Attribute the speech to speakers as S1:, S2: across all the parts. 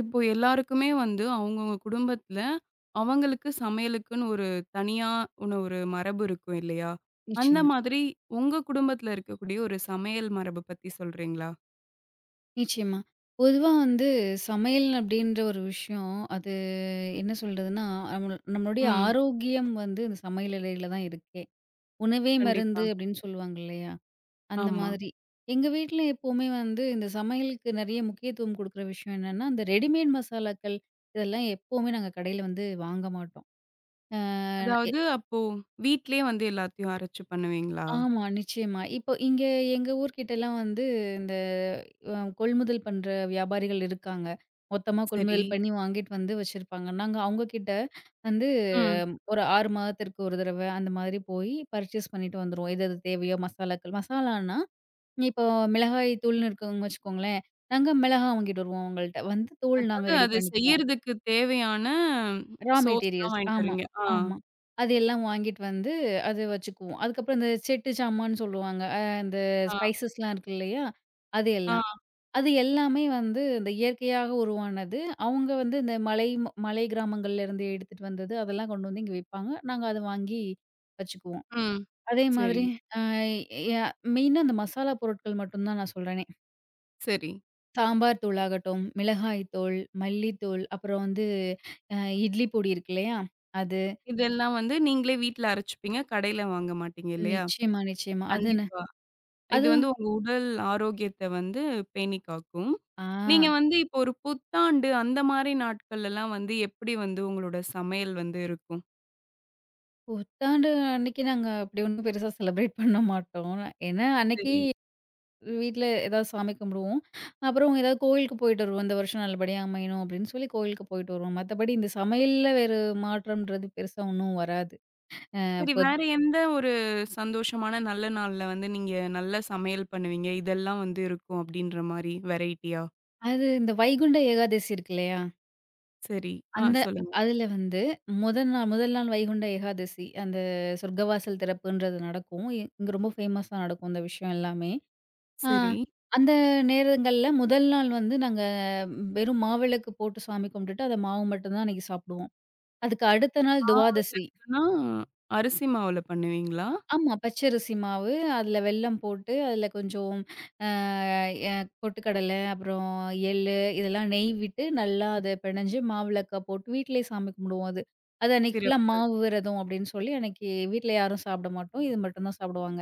S1: இப்போ எல்லாருக்குமே வந்து அவங்கவங்க குடும்பத்துல அவங்களுக்கு சமையலுக்குன்னு ஒரு தனியா ஒண்ணு ஒரு மரபு இருக்கும் இல்லையா? அந்த
S2: நிச்சயமா,
S1: மாதிரி உங்க குடும்பத்துல இருக்கக்கூடிய ஒரு சமையல் மரபு பத்தி சொல்றீங்களா?
S2: நிச்சயமா. பொதுவா வந்து சமையல் அப்படின்ற ஒரு விஷயம், அது என்ன சொல்றதுன்னா, நம்மளோ நம்மளுடைய
S1: ம்.
S2: ஆரோக்கியம் வந்து இந்த சமையல் அறையில தான் இருக்கே. "உணவே
S1: கண்டிப்பா.
S2: மருந்து" அப்படின்னு சொல்லுவாங்க இல்லையா? அந்த
S1: ஆமா.
S2: மாதிரி. எங்க வீட்ல எப்பவுமே வந்து இந்த சமையலுக்கு நெறைய முக்கியத்துவம் குடுக்குற விஷயம் என்னன்னா, இந்த ரெடிமேட் மசாலாக்கள் இதெல்லாம் எப்பவுமே நாங்க கடையில வந்து வாங்க மாட்டோம். அ
S1: அதாவது அப்போ வீட்லயே வந்து எல்லாத்தையும் அரைச்சு பண்ணுவீங்களா?
S2: ஆமா, நிச்சயமா. இப்போ இங்க எங்க ஊர்கிட்டலாம் வந்து இந்த கொள்முதல் பண்ற வியாபாரிகள் இருக்காங்க. மொத்தமா
S1: சரி.
S2: கொள்முதல் பண்ணி வாங்கிட்டு வந்து வச்சிருப்பாங்க. நாங்க அவங்க கிட்ட வந்து
S1: ம்.
S2: ஒரு 6 மாதத்திற்கு ஒரு தடவ அந்த மாதிரி போய் பர்ச்சேஸ் பண்ணிட்டு வந்துருவோம். எது எது தேவையோ மசாலாக்கள். மசாலான்னா, இப்போ மிளகாய் தூள்ன்னு இருக்குன்னு வச்சுக்கோங்களேன். நாங்க மிளகா வாங்கிட்டு வருவோம் அவங்கள்ட்ட. வந்து தூள் நாங்க
S1: அதாவது
S2: ரெடி
S1: அது
S2: பண்ணிக்குவோம்.
S1: செய்யறதுக்கு தேவையான
S2: ரா
S1: சோர்ஸ்லாம்
S2: மெட்டீரியல்ஸ்.
S1: வாங்கிட்டு
S2: ஆமா,
S1: வரீங்க. ஆ,
S2: ஆமா. அது எல்லாம் வாங்கிட்டு வந்து அது வச்சுக்குவோம். அதுக்கப்புறம் இந்த செட்டு சாமான்னு சொல்லுவாங்க. இந்த
S1: ஆ,
S2: ஸ்பைசஸ்லாம் இருக்கு இல்லையா? அது
S1: ஆ.
S2: எல்லாம். அது எல்லாமே வந்து இந்த இயற்கையாக உருவானது. அவங்க வந்து இந்த மலை கிராமங்கள்ல இருந்து எடுத்துட்டு வந்தது. அதெல்லாம் கொண்டு வந்து இங்க விப்பாங்க. நாங்க அத வாங்கி வச்சுக்குவோம்.
S1: ம்.
S2: அதே
S1: சரி,
S2: மாதிரி அ ய மெயினா இந்த மசாலா பொருட்கள் மட்டும் தான் நான் சொல்றேனே.
S1: சரி.
S2: சாம்பார் தூள் ஆகட்டும், மிளகாய் தூள், மல்லித்தூள், அப்புறம் வந்து அ இட்லி பொடி இருக்கு இல்லையா? அது.
S1: இதெல்லாம் வந்து நீங்களே வீட்ல அரைச்சுப்பீங்க. கடையில வாங்க மாட்டீங்க இல்லையா?
S2: நிச்சயமா, நிச்சயமா. அதுன்னு
S1: கண்டிப்பா. இது
S2: அதுவும்
S1: வந்து உங்க உடல் ஆரோக்கியத்த வந்து பேணி காக்கும்.
S2: ஆ
S1: நீங்க வந்து இப்போ ஒரு புத்தாண்டு அந்த மாரி நாட்கள்லலாம் வந்து எப்படி வந்து உங்களோட சமையல் வந்து இருக்கும்?
S2: புத்தாண்டு அன்னைக்கு நாங்க அப்படி ஒண்ணும் பெருசா செலிப்ரேட் பண்ண மாட்டோம். ஏன்னா அன்னைக்கு
S1: சரி.
S2: வீட்ல ஏதாவது சாமி கும்பிடுவோம். அப்புறம் ஏதாவது கோயிலுக்கு போயிட்டு வருவோம். இந்த வருஷம் நல்லபடியா அமையணும் அப்படின்னு சொல்லி கோயிலுக்கு போயிட்டு வருவோம். மத்தபடி இந்த சமையல்ல வேறு மாற்றம்ன்றது பெருசா ஒண்ணும் வராது.
S1: சரி,
S2: இப்ப
S1: வேற எந்த ஒரு சந்தோஷமான நல்ல நாள்ல வந்து நீங்க நல்ல சமையல் பண்ணுவீங்க? இதெல்லாம் வந்து இருக்கும் அப்படின்ற மாரி வெரைட்டியா?
S2: அது இந்த வைகுண்ட ஏகாதசி இருக்கு இல்லையா?
S1: சரி. ஆ,
S2: அந்த
S1: சொல்லுங்க.
S2: அதுல வந்து முதல் நாள் முதல் நாள் வைகுண்ட ஏகாதசி அந்த சொர்க்கவாசல் திறப்புன்றது நடக்கும். இங்க ரொம்ப ஃபேமஸா நடக்கும் இந்த விஷயம் எல்லாமே. ஆ.
S1: சரி.
S2: அந்த நேரங்கள்ல முதல் நாள் வந்து நாங்க வெறும் மாவிளக்கு போட்டு சாமி கும்பிட்டுட்டு, அத மாவு மட்டும் தான் அன்னைக்கு சாப்பிடுவோம். அதுக்கு அடுத்த நாள்
S1: மாவுனா
S2: துவாதசி.
S1: அரிசி மாவுல பண்ணுவீங்களா?
S2: ஆமா. பச்சரிசி மாவு, அதுல வெல்லம் போட்டு, அதுல கொஞ்சம் அ எ பொட்டுக்கடலை, அப்புறம் எள்ளு இதெல்லாம் நெய் விட்டு நல்லா அத பிணைஞ்சு மாவிளக்கா போட்டு வீட்லயே சாமி கும்பிடுவோம் அது. அது அன்னைக்கு ஃபுல்லா
S1: சிறப்பு.
S2: மாவு விரதம் அப்படின்னு சொல்லி, அன்னைக்கு வீட்ல யாரும் சாப்பிட மாட்டோம். இது மட்டும் தான் சாப்பிடுவாங்க.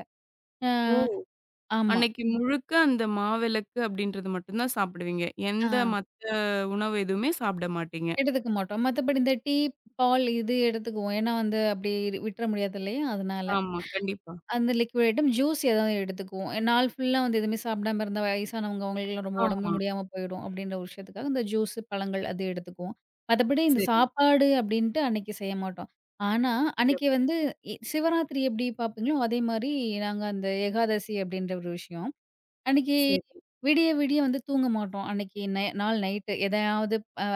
S2: அ
S1: ஓ!
S2: ஆமா.
S1: அன்னைக்கு முழுக்க அந்த மாவிளக்கு அப்படின்றது மட்டும் தான் சாப்பிடுவீங்க. எந்த
S2: ஆ.
S1: மத்த உணவு எதுவுமே சாப்பிட மாட்டீங்க.
S2: எடுத்துக்க மாட்டோம். மத்தபடி இந்த டீ, பால் இது எடுத்துக்குவோம். ஏன்னா வந்து அப்படி விட்டுற முடியாது இல்லையா? அதனால.
S1: ஆமா, கண்டிப்பா.
S2: அந்த லிக்விட் ஐட்டம் ஜூஸ் ஏதாவது எடுத்துக்குவோம். நாள் ஃபுல்லா வந்து எதுவுமே சாப்பிடாம இருந்தா வயசானவங்க அவங்களுக்குலாம் ரொம்ப உடம்பு
S1: ஆமா.
S2: முடியாம போயிடும் அப்படின்ற ஒரு விஷயத்துக்காக இந்த ஜூஸ், பழங்கள் அது எடுத்துக்குவோம். மத்தபடி இந்த
S1: சரி.
S2: சாப்பாடு அப்படின்ட்டு அன்னைக்கு செய்ய மாட்டோம். ஆனா, அன்னைக்கு
S1: சிறப்பு.
S2: வந்து சிவராத்திரி எப்படி பார்ப்பீங்களோ அதே மாரி நாங்க அந்த ஏகாதசி அப்படின்ற ஒரு விஷயம் அன்னைக்கு
S1: சரி.
S2: விடிய விடிய வந்து தூங்க மாட்டோம். அன்னைக்கு நாள் நைட்டு எதையாவது அ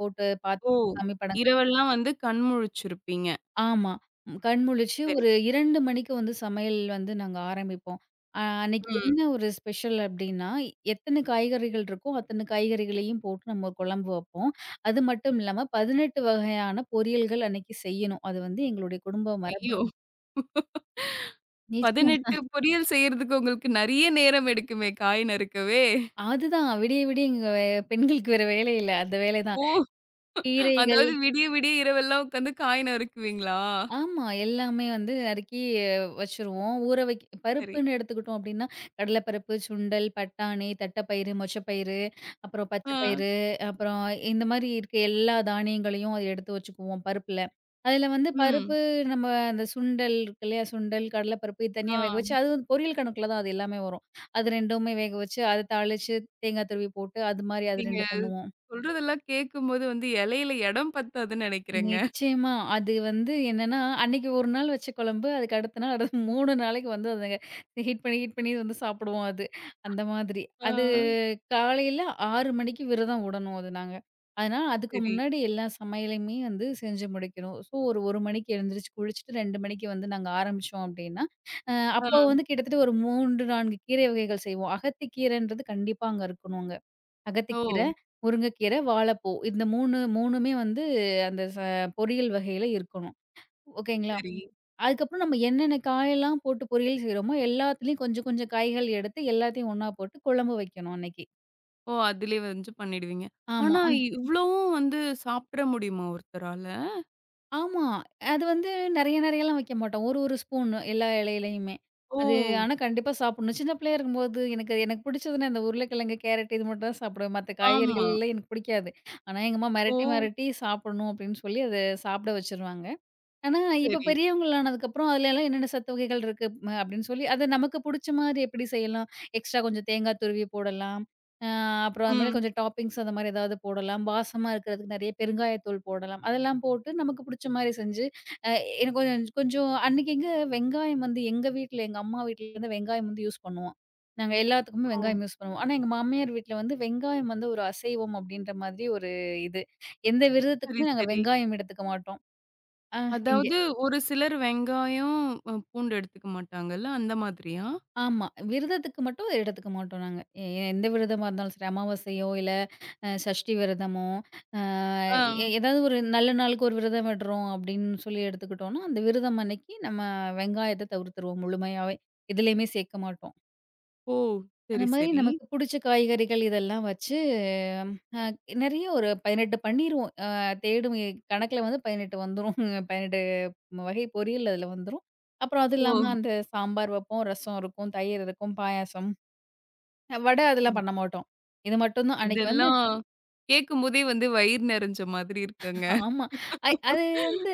S2: போட்டு பார்த்து
S1: ஓ!
S2: சாமி படங்கள்
S1: இரவெல்லாம் வந்து கண் முழிச்சிருப்பீங்க.
S2: ஆமா. ம், கண் முழிச்சு
S1: சரி.
S2: ஒரு 2 மணிக்கு வந்து சமையல் வந்து நாங்க ஆரம்பிப்போம். அன்னைக்கு
S1: ம்.
S2: என்ன ஒரு ஸ்பெஷல் அப்டின்னா, எத்தன காய்கறிகள் இருக்கோ அத்தன காய்கறிகளையும் போட்டு நம்ம ஒரு குழம்பு வைப்போம். அது மட்டும் இல்லாம 18 வகையான பொரியல்கள் அன்னைக்கு செய்யணும். அது வந்து எங்களுடைய குடும்ப மரபு.
S1: ஐயோ!
S2: நிச்சயமா.
S1: 18 பொரியல் செய்யறதுக்கு உங்களுக்கு நெறைய நேரம் எடுக்குமே காய் நறுக்கவே.
S2: அதுதான் விடிய விடிய எங்க பெண்களுக்கு வேற வேலை இல்ல. அந்த வேலை தான்.
S1: ஓ!
S2: கீரைகள்
S1: அதாவது விடிய விடிய இரவெல்லாம் உட்காந்து காய் நறுக்குவீங்களா?
S2: ஆமா. எல்லாமே வந்து நறுக்கி வச்சுருவோம். ஊற
S1: சரி.
S2: பருப்புன்னு எடுத்துக்கிட்டோம் அப்டின்னா, கடல பருப்பு, சுண்டல், பட்டாணி, தட்டப்பயிறு, மொச்சப்பயிறு, அப்புறம்
S1: ஆ.
S2: பச்சை பயிறு, அப்புறம் இந்த மாரி இருக்க எல்லா தானியங்களையும் அதை எடுத்து வச்சுக்குவோம் பருப்புல. அதுல வந்து
S1: ம்.
S2: பருப்பு நம்ம அந்த சுண்டல் இருக்கு இல்லையா? சுண்டல், கடல பருப்பு இது தனியா வேக
S1: ஆ.
S2: வச்சு, அது வந்து பொரியல் கணக்குல தான் அது எல்லாமே வரும். அது 2மே வேக வச்சு, அத தாளிச்சு, தேங்கா துருவி போட்டு, அது மாரி அது
S1: நீங்க
S2: 2 பண்ணுவோம்.
S1: சொல்றதெல்லாம் கேட்கும்போது வந்து இலையில இடம் பத்தாதுன்னு நெனைக்கிறேங்க.
S2: நிச்சயமா. அது வந்து என்னன்னா, அன்னைக்கு ஒரு நாள் வச்ச குழம்பு, அதுக்கு அடுத்த நாள் அடுத்து 3 நாளைக்கு வந்து அத ஹீட் பண்ணி, ஹீட் பண்ணி வந்து சாப்பிடுவோம் அது. அந்த மாதிரி.
S1: ஆ,
S2: அது காலையில 6 மணிக்கு விரதம் உடணும் அது நாங்க. அதனால அதுக்கு
S1: சரி.
S2: முன்னாடி எல்லா சமையலையுமே வந்து செஞ்சு முடிக்கணும். ஸோ ஒரு 1 மணிக்கு எழுந்திரிச்சு குளிச்சுட்டு 2 மணிக்கு வந்து நாங்க ஆரம்பிச்சோம் அப்டின்னா, அ அப்போ
S1: ஆ,
S2: வந்து கிட்டத்தட்ட ஒரு 3, 4 கீரை வகைகள் செய்வோம். அகத்தி கீரைன்றது கண்டிப்பா அங்க இருக்கணுங்க.
S1: ஓ!
S2: அகத்திக்கீரை, முருங்கைக்கீரை, வாழைப்பூ. இந்த 3 3மே வந்து அந்த ச பொரியல் வகையில இருக்கணும். ஓகேங்களா?
S1: சரி.
S2: அதுக்கப்புறம் நம்ம என்னென்ன காயெல்லாம் போட்டு பொரியல் செய்றோமோ, எல்லாத்துலயும் கொஞ்சம் கொஞ்சம் காய்கள் எடுத்து எல்லாத்தையும் ஒண்ணா போட்டு குழம்பு வைக்கணும் அன்னைக்கு.
S1: ஓ! அதிலயே வந்து பண்ணிடுவீங்க.
S2: ஆமா.
S1: ஆனா, இவ்ளோவும் வந்து சாப்பிட முடியுமா ஒருத்தரால?
S2: ஆமா. அது வந்து நெறைய நெறையலாம் வைக்க மாட்டோம். ஒரு ஒரு ஸ்பூன் எல்லா இலையிலயுமே.
S1: ஓ!
S2: அது ஆனா கண்டிப்பா சாப்பிடணும். சின்ன பிள்ளையா இருக்கும்போது எனக்கு எனக்கு பிடிச்சதுன்னா இந்த உருளைக்கிழங்கு, கேரட் இது மட்டும் தான் சாப்பிடுவேன். மத்த
S1: ஆமா.
S2: காய்கறிகள்லாம் எனக்கு பிடிக்காது. ஆனா எங்க அம்மா
S1: ஓ!
S2: மிரட்டி மிரட்டி சாப்பிடணும் அப்படின்னு சொல்லி அத சாப்பிட வச்சுருவாங்க. ஆனா, இப்ப
S1: சரி.
S2: பெரியவங்கள் ஆனதுக்கப்புறம், அதுலலாம் என்னென்ன சத்து வகைகள் இருக்கு அப்படின்னு சொல்லி, அத நமக்கு புடிச்ச மாரி எப்படி செய்யலாம்? எக்ஸ்ட்ரா கொஞ்சம் தேங்காய் துருவி போடலாம். அ அப்புறம் அது மேல
S1: ம்.
S2: கொஞ்சம் டாப்பிங்ஸ் அந்த மாரி ஏதாவது போடலாம். வாசமா இருக்கிறதுக்கு நெறைய பெருங்காயத்தூள் போடலாம். அதெல்லாம் போட்டு நமக்கு புடிச்ச மாரி செஞ்சு, அ எனக்கு கொஞ்சம் கொஞ்சம் அன்னைக்கு எங்க வெங்காயம் வந்து எங்க வீட்ல, எங்க அம்மா வீட்லருந்து வெங்காயம் வந்து யூஸ் பண்ணுவோம். நாங்க எல்லாத்துக்குமே
S1: ஓ!
S2: வெங்காயம் யூஸ் பண்ணுவோம். ஆனா, எங்க மாமியார் வீட்ல வந்து வெங்காயம் வந்து ஒரு அசைவம் அப்படின்ற மாதிரி ஒரு இது. எந்த
S1: சரி,
S2: விரதத்துக்குமே நாங்க
S1: சரி.
S2: வெங்காயம் எடுத்துக்க மாட்டோம். அ இங்க.
S1: அதாவது ஒரு சிலர் வெங்காயம், அ பூண்டு எடுத்துக்க மாட்டாங்கல்ல, அந்த மாதிரியா?
S2: ஆமா. விரதத்துக்கு மட்டும் எடுத்துக்க மாட்டோம் நாங்க. எ எ- எந்த விரதமா இருந்தாலும் சரி, அமாவாசையோ இல்ல சஷ்டி விரதமோ, அ
S1: ஆ.
S2: எ ஏதாவது ஒரு நல்ல நாளுக்கு ஒரு விரதம் விடுறோம் அப்படின்னு சொல்லி எடுத்துக்கிட்டோம்னா, அந்த விரதம் அன்னைக்கு நம்ம வெங்காயத்த தவிர்த்துருவோம் முழுமையாவே. எதுலயுமே சேர்க்க மாட்டோம்.
S1: ஓ!
S2: அந்த
S1: சரி,
S2: மாரி
S1: சரி.
S2: நமக்கு புடிச்ச காய்கறிகள் இதெல்லாம் வச்சு, நெறைய ஒரு 18 பண்ணிருவோம். அ தேடும் எ கணக்குல வந்து 18 வந்துரும். 18 வகை பொரியல் அதுல வந்துரும். அப்புறம் அது
S1: ஓ!
S2: இல்லாம அந்த சாம்பார் வைப்போம், ரசம் இருக்கும், தயிர் இருக்கும், பாயாசம். வடை அதெல்லாம்
S1: இத்
S2: பண்ண மாட்டோம். இது மட்டும் தான் அன்னைக்கு வந்து
S1: இதெல்லாம் கேட்கும்போதே வந்து வயிறு நெறஞ்ச மாதிரி இருக்குங்க.
S2: ஆமா. அது வந்து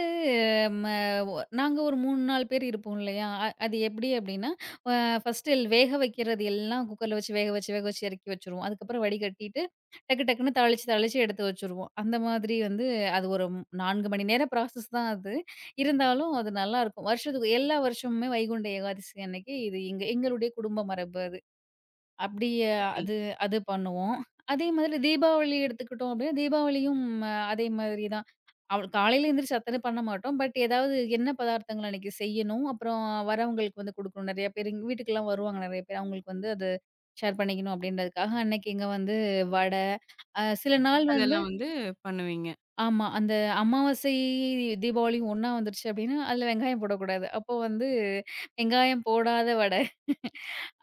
S2: ம ஒ நாங்க ஒரு 3, 4 பேர் இருப்போம் இல்லையா? அது எப்படி அப்படின்னா, அ ஃபர்ஸ்ட்டு வேக வைக்கிறது எல்லாம் குக்கர்ல வச்சு வேக வச்சு, வேக வச்சு இறக்கி வச்சுருவோம். அதுக்கப்புறம் வடிகட்டிட்டு டக்கு டக்குன்னு தாளிச்சு, தாளிச்சு எடுத்து வச்சுருவோம். அந்த மாதிரி வந்து அது ஒரு 4 மணி நேரம் ப்ராசஸ் தான் அது. இருந்தாலும் அது நல்லாயிருக்கும். வருஷத்துக்கு எல்லா வருஷமுமே வைகுண்ட ஏகாதசி அன்னைக்கு இது எங்க எங்களுடைய குடும்ப மரபு அது. அப்படி
S1: சரி.
S2: அது அது பண்ணுவோம். அதே மாதிரி தீபாவளி எடுத்துக்கிட்டோம் அப்படின்னா, தீபாவளியும் அதே மாதிரி தான். அவள் காலையில எந்திரிச்சு அத்தனை பண்ண மாட்டோம். பட் ஏதாவது என்ன பதார்த்தங்கள் அன்னைக்கு செய்யணும். அப்புறம் வரவங்களுக்கு வந்து குடுக்கணும். நெறைய பேர் எங்க வீட்டுக்கெல்லாம் வருவாங்க நெறைய பேர். அவங்களுக்கு வந்து அது ஷேர் பண்ணிக்கணும் அப்படின்றதுக்காக அன்னைக்கு இங்க வந்து வடை, சில நாள் ம்ஹ்ம். வந்து
S1: அதெல்லாம் வந்து பண்ணுவீங்க.
S2: ஆமா. அந்த அமாவாசை தீபாவளியும் ஒண்ணா வந்துருச்சு அப்படின்னா, அதில வெங்காயம் போடக்கூடாது. அப்போ வந்து வெங்காயம் போடாத வடை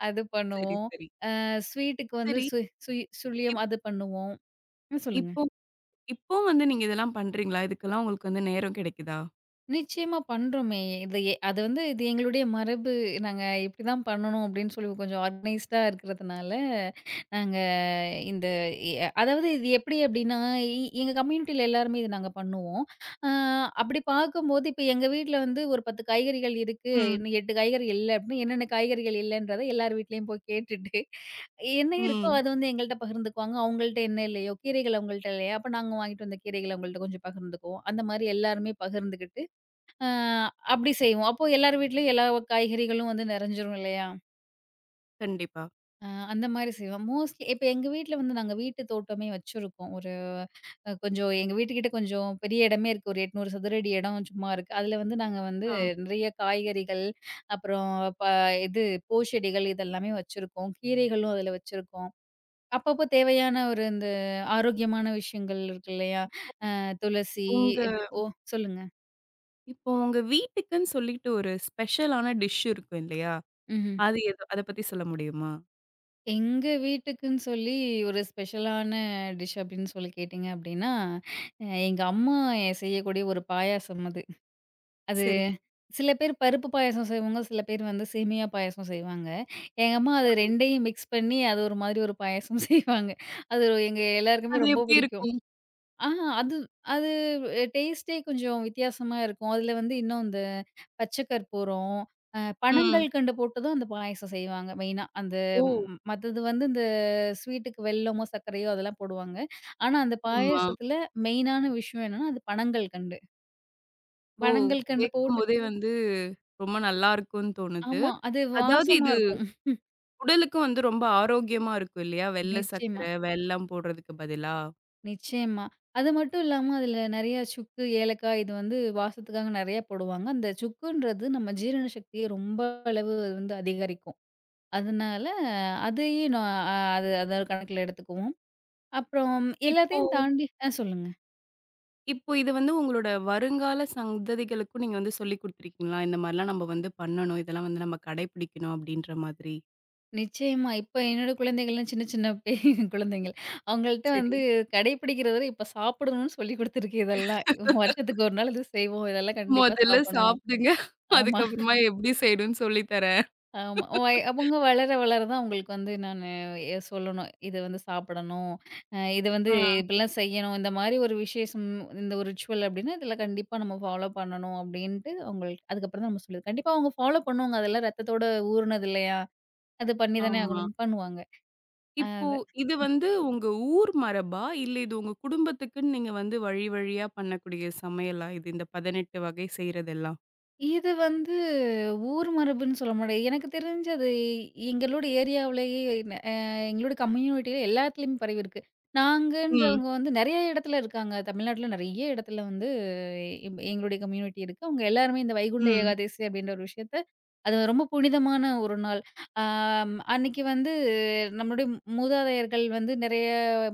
S2: அது
S1: சரி,
S2: பண்ணுவோம்.
S1: சரி.
S2: ஸ்வீட்டுக்கு வந்து
S1: சரி.
S2: சுய் சுழியம்
S1: இப்
S2: அது பண்ணுவோம். ம். சொல்லுங்க.
S1: இப்போ இப்பவும் வந்து நீங்க இதெல்லாம் பண்றீங்களா? இதுக்கெல்லாம் உங்களுக்கு வந்து நேரம் கிடைக்குதா?
S2: நிச்சயமா பண்றோமே. இது எ அது வந்து இது எங்களுடைய மரபு. நாங்க இப்படிதான் பண்ணணும் அப்படின்னு சொல்லி கொஞ்சம் ஆர்கனைஸ்டா இருக்கிறதுனால, நாங்க இந்த எ அதாவது இது எப்படி அப்படின்னா, எ எங்க கம்யூனிட்டில எல்லாருமே இது நாங்க பண்ணுவோம். அ அப்படி பார்க்கும்போது இப்ப எங்க வீட்ல வந்து ஒரு 10 காய்கறிகள் இருக்கு.
S1: ம்,
S2: இன்னும் 8 காய்கறி இல்ல அப்படின்னு என்னென்ன காய்கறிகள் இல்லன்றத எல்லார் வீட்லயும் போய் கேட்டுட்டு, என்ன இருக்கோ
S1: ம்.
S2: அது வந்து எங்கள்ட்ட பகிர்ந்துக்குவாங்க. அவங்கள்ட்ட என்ன இல்லையோ, கீரைகள் அவங்கள்ட்ட இல்லையா, அப்ப நாங்க வாங்கிட்டு வந்த கீரைகள் அவங்கள்ட்ட கொஞ்சம் பகிர்ந்துக்குவோம். அந்த மாரி எல்லாருமே பகிர்ந்துகிட்டு அ அப்படி செய்வோம். அப்போ எல்லார் வீட்லயும் எல்லா காய்கறிகளும் வந்து நெறஞ்சிரும் இல்லையா?
S1: கண்டிப்பா.
S2: அ அந்த மாரி செய்வோம். மோஸ்ட்லி இப்ப எங்க வீட்ல வந்து நாங்க வீட்டு தோட்டமே வச்சிருக்கோம். ஒரு அ கொஞ்சம் எங்க வீட்டுக்கிட்ட கொஞ்சம் பெரிய இடமே இருக்கு. ஒரு 800 சதுர அடி இடம் சும்மா இருக்கு. அதுல வந்து நாங்க வந்து
S1: ஆ,
S2: நிறைய காய்கறிகள், அப்புறம் ப இது பூ செடிகள் இதெல்லாமே வச்சிருக்கோம். கீரைகளும் அதுல வச்சிருக்கோம். அப்பப்போ தேவையான ஒரு இந்த ஆரோக்கியமான விஷயங்கள் இருக்கு இல்லையா? துளசி
S1: உங்க
S2: ஓ! சொல்லுங்க.
S1: இப்போ உங்க வீட்டுக்குன்னு சொல்லிட்டு ஒரு ஸ்பெஷலான டிஷ் இருக்கும் இல்லையா?
S2: ம்ஹ்ம்.
S1: அது எது, அத பத்தி சொல்ல முடியுமா?
S2: எங்க வீட்டுக்குன்னு சொல்லி ஒரு ஸ்பெஷலான டிஷ் அப்படின்னு சொல்லி கேட்டீங்க அப்படின்னா, எங்க அம்மா செய்யக்கூடிய ஒரு பாயாசம் அது. அது
S1: சரி.
S2: சில பேர் பருப்பு பாயாசம் செய்வாங்க, சில பேர் வந்து சேமியா பாயாசம் செய்வாங்க. எங்க அம்மா அது 2யும் மிக்ஸ் பண்ணி அது ஒரு மாதிரி ஒரு பாயாசம் செய்வாங்க. அது எங்க எல்லாருக்குமே
S1: அது
S2: ரொம்ப
S1: எப்படி
S2: பிடிக்கும்.
S1: இருக்கும்?
S2: ஆஹா, அது அது டேஸ்ட்டே கொஞ்சம் வித்தியாசமா இருக்கும். அதுல வந்து இன்னும் இந்த பச்சை கற்பூரம்,
S1: ம்.
S2: பனங்கல்கண்டு போட்டு தான் அந்த பாயாசம் செய்வாங்க மெயினா. அந்த
S1: ஓ!
S2: மத்தது வந்து இந்த ஸ்வீட்டுக்கு வெல்லமோ, சர்க்கரையோ அதெல்லாம் போடுவாங்க. ஆனா அந்த
S1: ஆமா.
S2: பாயாசத்துல மெயினான விஷயம் என்னன்னா, அது பனங்கல்கண்டு.
S1: ஓ!
S2: பனங்கல்கண்டு போட்டு
S1: கேட்கும்போதே வந்து ரொம்ப நல்லா இருக்கும்ன்னு தோணுது.
S2: ஆமா. அது
S1: அதாவது
S2: வாசமா
S1: இது
S2: இருக்கும்.
S1: உடலுக்கும் வந்து ரொம்ப ஆரோக்கியமா இருக்கும் இல்லையா? வெள்ள
S2: நிச்சயமா.
S1: சர்க்கரை, வெல்லம் போடுறதுக்கு பதிலா.
S2: நிச்சயமா. அது மட்டும் இல்லாம அதில நெறைய சுக்கு, ஏலக்காய் இது வந்து வாசத்துக்காக நெறைய போடுவாங்க. அந்த சுக்குன்றது நம்ம ஜீரண சக்திய ரொம்ப அளவு அது வந்து அதிகரிக்கும். அதனால அதையும் நான் அது அத கணக்கில எடுத்துக்குவோம். அப்புறம்
S1: இப்போ
S2: எல்லாத்தையும் தாண்டி ஆ சொல்லுங்க.
S1: இப்போ இது வந்து உங்களோட வருங்கால சந்ததிகளுக்கும் நீங்க வந்து சொல்லிக் குடுத்துருக்கீங்களா? இந்த மாரிலாம் நம்ம வந்து பண்ணணும். இதெல்லாம் வந்து நம்ம கடைபிடிக்கணும் அப்டின்ற மாதிரி.
S2: நிச்சயமா. இப்ப என்னோட குழந்தைகள்லாம் சின்ன சின்ன குழந்தைங்கள். அவங்கள்ட்ட வந்து
S1: சரி.
S2: கடைப்பிடிக்கிறத விட இப்ப சாப்பிடணும்னு சொல்லிக் குடுத்துருக்கு இதெல்லாம். வருஷத்துக்கு ஒரு நாள் இது செய்வோம். இதெல்லாம் கண்டிப்பா
S1: "மொதல்ல
S2: சாப்பிடணும்.
S1: சாப்டுங்க.
S2: ஆமா.
S1: அதுக்கப்புறமா எப்டி செய்யணும்னு சொல்லி தரேன்."
S2: ஆமா. ஒ ஐ அவங்க வளர வளர தான் உங்களுக்கு வந்து நானு எ சொல்லணும். இது வந்து சாப்பிடணும். இது வந்து
S1: ஆ.
S2: இப்படிலாம் செய்யணும். இந்த மாரி ஒரு விசேஷம், இந்த ஒரு ரிச்சுவல் அப்படின்னா, இதில கண்டிப்பா நம்ம ஃபாலோ பண்ணணும் அப்படின்ட்டு அவங்களுக்கு அதுக்கப்புறம் தான் நம்ம சொல்லுது. கண்டிப்பா அவங்க ஃபாலோ பண்ணுவாங்க. அதெல்லாம் ரத்தத்தோட ஊறுனது இல்லையா? அது பண்ணி தானே
S1: ஆமா.
S2: ஆகணும். பண்ணுவாங்க.
S1: இப்போ
S2: அது
S1: இது வந்து உங்க ஊர் மரபா? இல்ல, இது உங்க குடும்பத்துக்குன்னு நீங்க வந்து வழி வழியா பண்ணக்கூடிய சமையலா? இது இந்த 18 வகை செய்றதெல்லாம்?
S2: இது வந்து ஊர் மரபுன்னு சொல்ல முடியாது. எனக்கு தெரிஞ்சு அது எங்களோட ஏரியாவுலயே ந அ எங்களோட கம்யூனிட்டில எல்லா இடத்துலயுமே பரவியிருக்கு.
S1: ம்,
S2: நாங்கன்றவங்க வந்து நெறைய இடத்துல இருக்காங்க. தமிழ்நாட்டுல நெறைய இடத்துல வந்து எங்களுடைய கம்யூனிட்டி இருக்கு. அவங்க எல்லாருமே இந்த வைகுண்ட
S1: ம்.
S2: ஏகாதசி அப்படின்ற ஒரு விஷயத்த அது ரொம்ப புனிதமான ஒரு நாள். ஆம், அன்னைக்கு வந்து நம்மளுடைய மூதாதையர்கள் வந்து நிறைய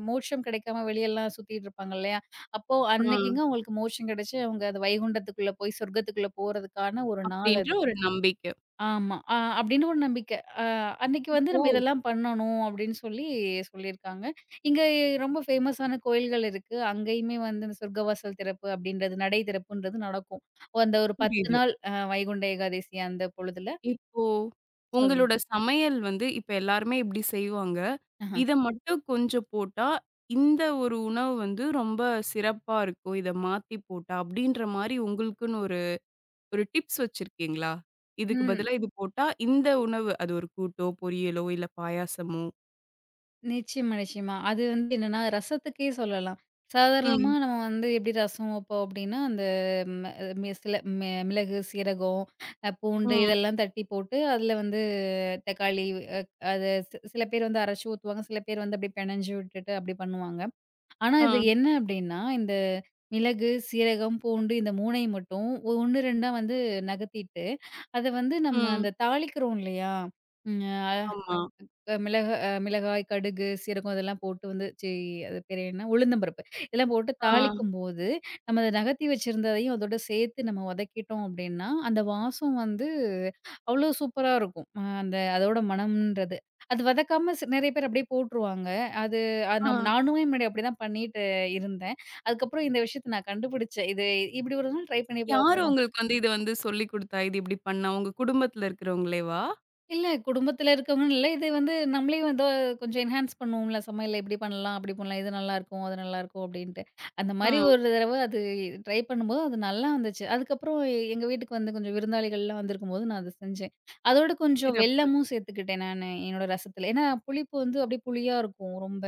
S2: மோட்சம் கிடைக்காம வெளியலாம் சுத்திட்டு இருப்பாங்க இல்லையா? அப்போ
S1: ஆ.
S2: அன்னைக்குங்க அவங்களுக்கு மோட்சம் கிடைச்சு, அவங்க அது வைகுண்டத்துக்குள்ள போய் சொர்க்கத்துக்குள்ள போறதுக்கான ஒரு நாள்
S1: அப்டின்ற
S2: அது.
S1: ஒரு நம்பிக்கை.
S2: ஆமா. அப்படின்னு ஒரு நம்பிக்கை. அன்னைக்கு வந்து
S1: இப்போ
S2: நம்ம இதெல்லாம் பண்ணணும் அப்படின்னு சொல்லி சொல்லியிருக்காங்க. இங்க ரொம்ப ஃபேமஸான கோயில்கள் இருக்கு. அங்கேயுமே வந்து இந்த சொர்க்கவாசல் திறப்பு அப்படின்றது, நடை திறப்புன்றது நடக்கும். ஓ, அந்த ஒரு 10
S1: புரியுது.
S2: நாள் வைகுண்ட ஏகாதசி அந்த பொழுதுல.
S1: இப்போ,
S2: சொல்லுங்க.
S1: உங்களோட சமையல் வந்து இப்ப எல்லாருமே இப்படி செய்வாங்க.
S2: ஆஹா.
S1: இத மட்டும் கொஞ்சம் போட்டா, இந்த ஒரு உணவு வந்து ரொம்ப சிறப்பா இருக்கும். இத மாத்தி போட்டா, அப்படின்ற மாரி உங்களுக்குன்னு ஒரு ஒரு டிப்ஸ் வச்சிருக்கீங்களா? இதுக்கு
S2: ம்.
S1: பதிலா இது போட்டா, இந்த உணவு அது ஒரு கூட்டோ, பொரியலோ, இல்ல பாயாசமோ.
S2: நிச்சயமா, நிச்சயமா. அது வந்து என்னன்னா, ரசத்துக்கே சொல்லலாம். சாதாரணமா
S1: ம்,
S2: நம்ம வந்து எப்படி ரசம் வைப்போம் அப்படின்னா, அந்த ம மி சில மி மிளகு, சீரகம், பூண்டு
S1: ம்,
S2: இதெல்லாம் தட்டி போட்டு, அதில வந்து தக்காளி அ அது சில பேர் வந்து அரைச்சு ஊத்துவாங்க. சில பேர் வந்து அப்படியே பெனஞ்சு விட்டுட்டு அப்படி பண்ணுவாங்க. ஆனா
S1: ஆ,
S2: இது என்ன அப்படின்னா, இந்த மிளகு, சீரகம், பூண்டு இந்த 3ஐயும் மட்டும் 1, 2ஆ வந்து நகர்த்திட்டு, அத வந்து நம்ம
S1: ம்.
S2: அந்த தாளிக்கிறோம் இல்லையா? ம்.
S1: ஆமா.
S2: அ மிளகா அ மிளகாய், கடுகு, சீரகம் இதெல்லாம் போட்டு வந்து அது பேரு என்ன? உளுந்தம்பருப்பு. இதெல்லாம் போட்டு
S1: ஆ,
S2: தாளிக்கும்போது, நம்ம அத நகர்த்தி வச்சிருந்ததையும் அதோட சேர்த்து நம்ம வதக்கிட்டோம் அப்டின்னா, அந்த வாசம் வந்து அவ்ளோ சூப்பரா இருக்கும். அந்த அதோட மணம்ன்றது. அது வதக்காம நெறைய பேர் அப்டியே போட்ருவாங்க. அது அது
S1: ஆ.
S2: நானுமே முன்னாடி அப்டிதான் பண்ணிட்டு இருந்தேன். அதுக்கப்புறம் இந்த விஷயத்த நான் கண்டுபிடிச்சேன். இது இப்டி ஒரு நாள் ட்ரை பண்ணி பா
S1: யாரு உங்களுக்கு வந்து இத வந்து சொல்லிக் குடுத்தா? இது இப்படி பண்ணா, உங்க குடும்பத்துல இருக்கிறவங்களேவா?
S2: இல்ல. குடும்பத்துல இருக்கவங்கன்னு இல்ல. இது வந்து நம்மளே வந்து கொஞ்சம் என்ஹான்ஸ் பண்ணுவோம்ல. சமையல்ல இப்படி பண்ணலாம், அப்படி பண்ணலாம். இது நல்லாயிருக்கும், அது நல்லாயிருக்கும் அப்படின்ட்டு. அந்த
S1: ஆ,
S2: மாரி ஒரு தடவ அது ட்ரை பண்ணும்போது அது நல்லா வந்துச்சு. அதுக்கப்புறம் எங்க வீட்டுக்கு வந்து கொஞ்சம் விருந்தாளிகள்லாம் வந்திருக்கும்போது நான் அத செஞ்சேன். அதோட கொஞ்சம்
S1: சிறப்பு.
S2: வெல்லமும் சேர்த்துக்கிட்டேன் நானு என்னோட ரசத்துல. ஏன்னா புளிப்பு வந்து அப்படியே புளியா இருக்கும் ரொம்ப.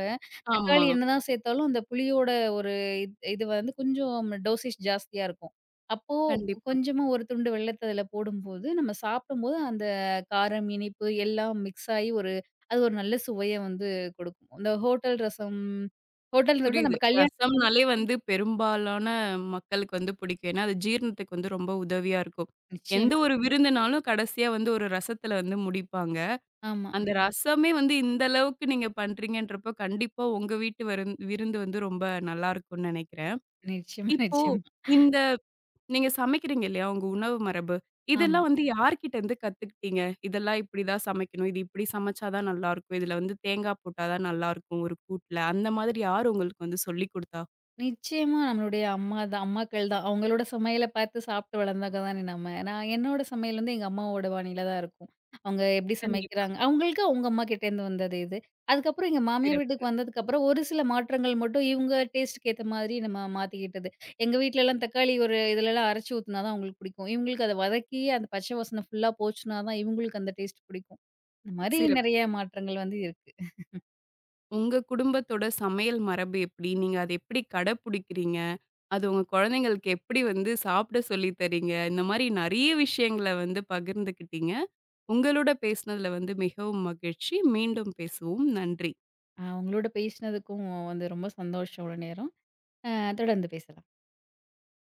S1: ஆமா.
S2: தக்காளி என்னதான் சேர்த்தாலும் அந்த புளியோட ஒரு இது இது வந்து கொஞ்சம் டோசேஜ் ஜாஸ்தியா இருக்கும். அப்போ
S1: கண்டிப்பா.
S2: கொஞ்சமா ஒரு துண்டு வெல்லத்த அதுல போடும்போது, நம்ம சாப்பிடும்போது அந்த காரம், இனிப்பு எல்லாம் மிக்ஸ் ஆயி ஒரு அது ஒரு நல்ல சுவைய வந்து கொடுக்கும். இந்த ஹோட்டல் ரசம் ஹோட்டல்ங்கிறத நம்ம
S1: புரியுது.
S2: கல்யாணம்
S1: ரசம்னாலே வந்து பெரும்பாலான மக்களுக்கு வந்து பிடிக்கும். ஏன்னா, அது ஜீரணத்துக்கு வந்து ரொம்ப உதவியா இருக்கும். எந்த
S2: நிச்சயமா.
S1: ஒரு விருந்துனாலும் கடைசியா வந்து ஒரு ரசத்துல வந்து முடிப்பாங்க.
S2: ஆமா.
S1: அந்த ரசமே வந்து இந்த அளவுக்கு நீங்க பண்றீங்கன்றப்போ, கண்டிப்பா உங்க வீட்டு விருந்து வந்து ரொம்ப நல்லாருக்கும்னு நெனைக்கிறேன்.
S2: நிச்சயமா,
S1: இப்போ
S2: நிச்சயமா.
S1: இந்த நீங்க சமைக்கிறீங்க இல்லையா? உங்க உணவு மரபு.
S2: ஆமா.
S1: இதெல்லாம் வந்து யார்கிட்ட இருந்து கத்துக்கிட்டீங்க? இதெல்லாம் இப்படிதான் சமைக்கணும். இது இப்படி சமைச்சா தான் நல்லாருக்கும். இதுல வந்து தேங்கா போட்டா தான் நல்லாருக்கும் ஒரு கூட்ல. அந்த மாதிரி யார் உங்களுக்கு வந்து சொல்லிக் குடுத்தா?
S2: நிச்சயமா நம்மளுடைய அம்மா தான் அம்மாக்கள் தான். அவங்களோட சமையல பார்த்து சாப்பிட்டு வளர்ந்தவங்க தானே நம்ம. நான் என்னோட சமையல் வந்து எங்க அம்மாவோட பாணியில தான் இருக்கும். அவங்க எப்படி
S1: கண்டிப்பா.
S2: சமைக்கிறாங்க அவங்களுக்கு அவங்க அம்மா கிட்டேருந்து வந்தது இது. அதுக்கப்புறம் எங்க மாமியார்
S1: சிறப்பு,
S2: வீட்டுக்கு வந்ததுக்கப்புறம் ஒரு சில மாற்றங்கள் மட்டும் இவங்க டேஸ்ட்டுக்கு ஏத்த மாதிரி நம்ம மாத்திக்கிட்டது. எங்க வீட்லலாம் தக்காளி ஒரு இதுலலாம் அரைச்சு ஊத்துனா தான் அவங்களுக்கு பிடிக்கும். இவங்களுக்கு அத வதக்கி அந்த பச்சை வாசனை ஃபுல்லா போச்சுனா தான் இவங்களுக்கு அந்த டேஸ்ட் பிடிக்கும். இந்த மாரி நெறைய
S1: சிறப்பு.
S2: மாற்றங்கள் வந்து இருக்கு.
S1: உங்க குடும்பத்தோட சமையல் மரபு எப்படி? நீங்க அத எப்படி கடைப்புடிக்கிறீங்க? அது உங்க குழந்தைங்களுக்கு எப்படி வந்து சாப்பிட சொல்லி தரீங்க? இந்த மாரி நெறைய விஷயங்கள வந்து பகிர்ந்துக்கிட்டீங்க. உங்களோட பேசினதுல வந்து மிகவும் மகிழ்ச்சி. மீண்டும் பேசுவோம். நன்றி.
S2: உங்களோட பேசினதுக்கும் வந்து ரொம்ப சந்தோஷம் இவ்ளோ நேரம். அ தொடர்ந்து பேசலாம்.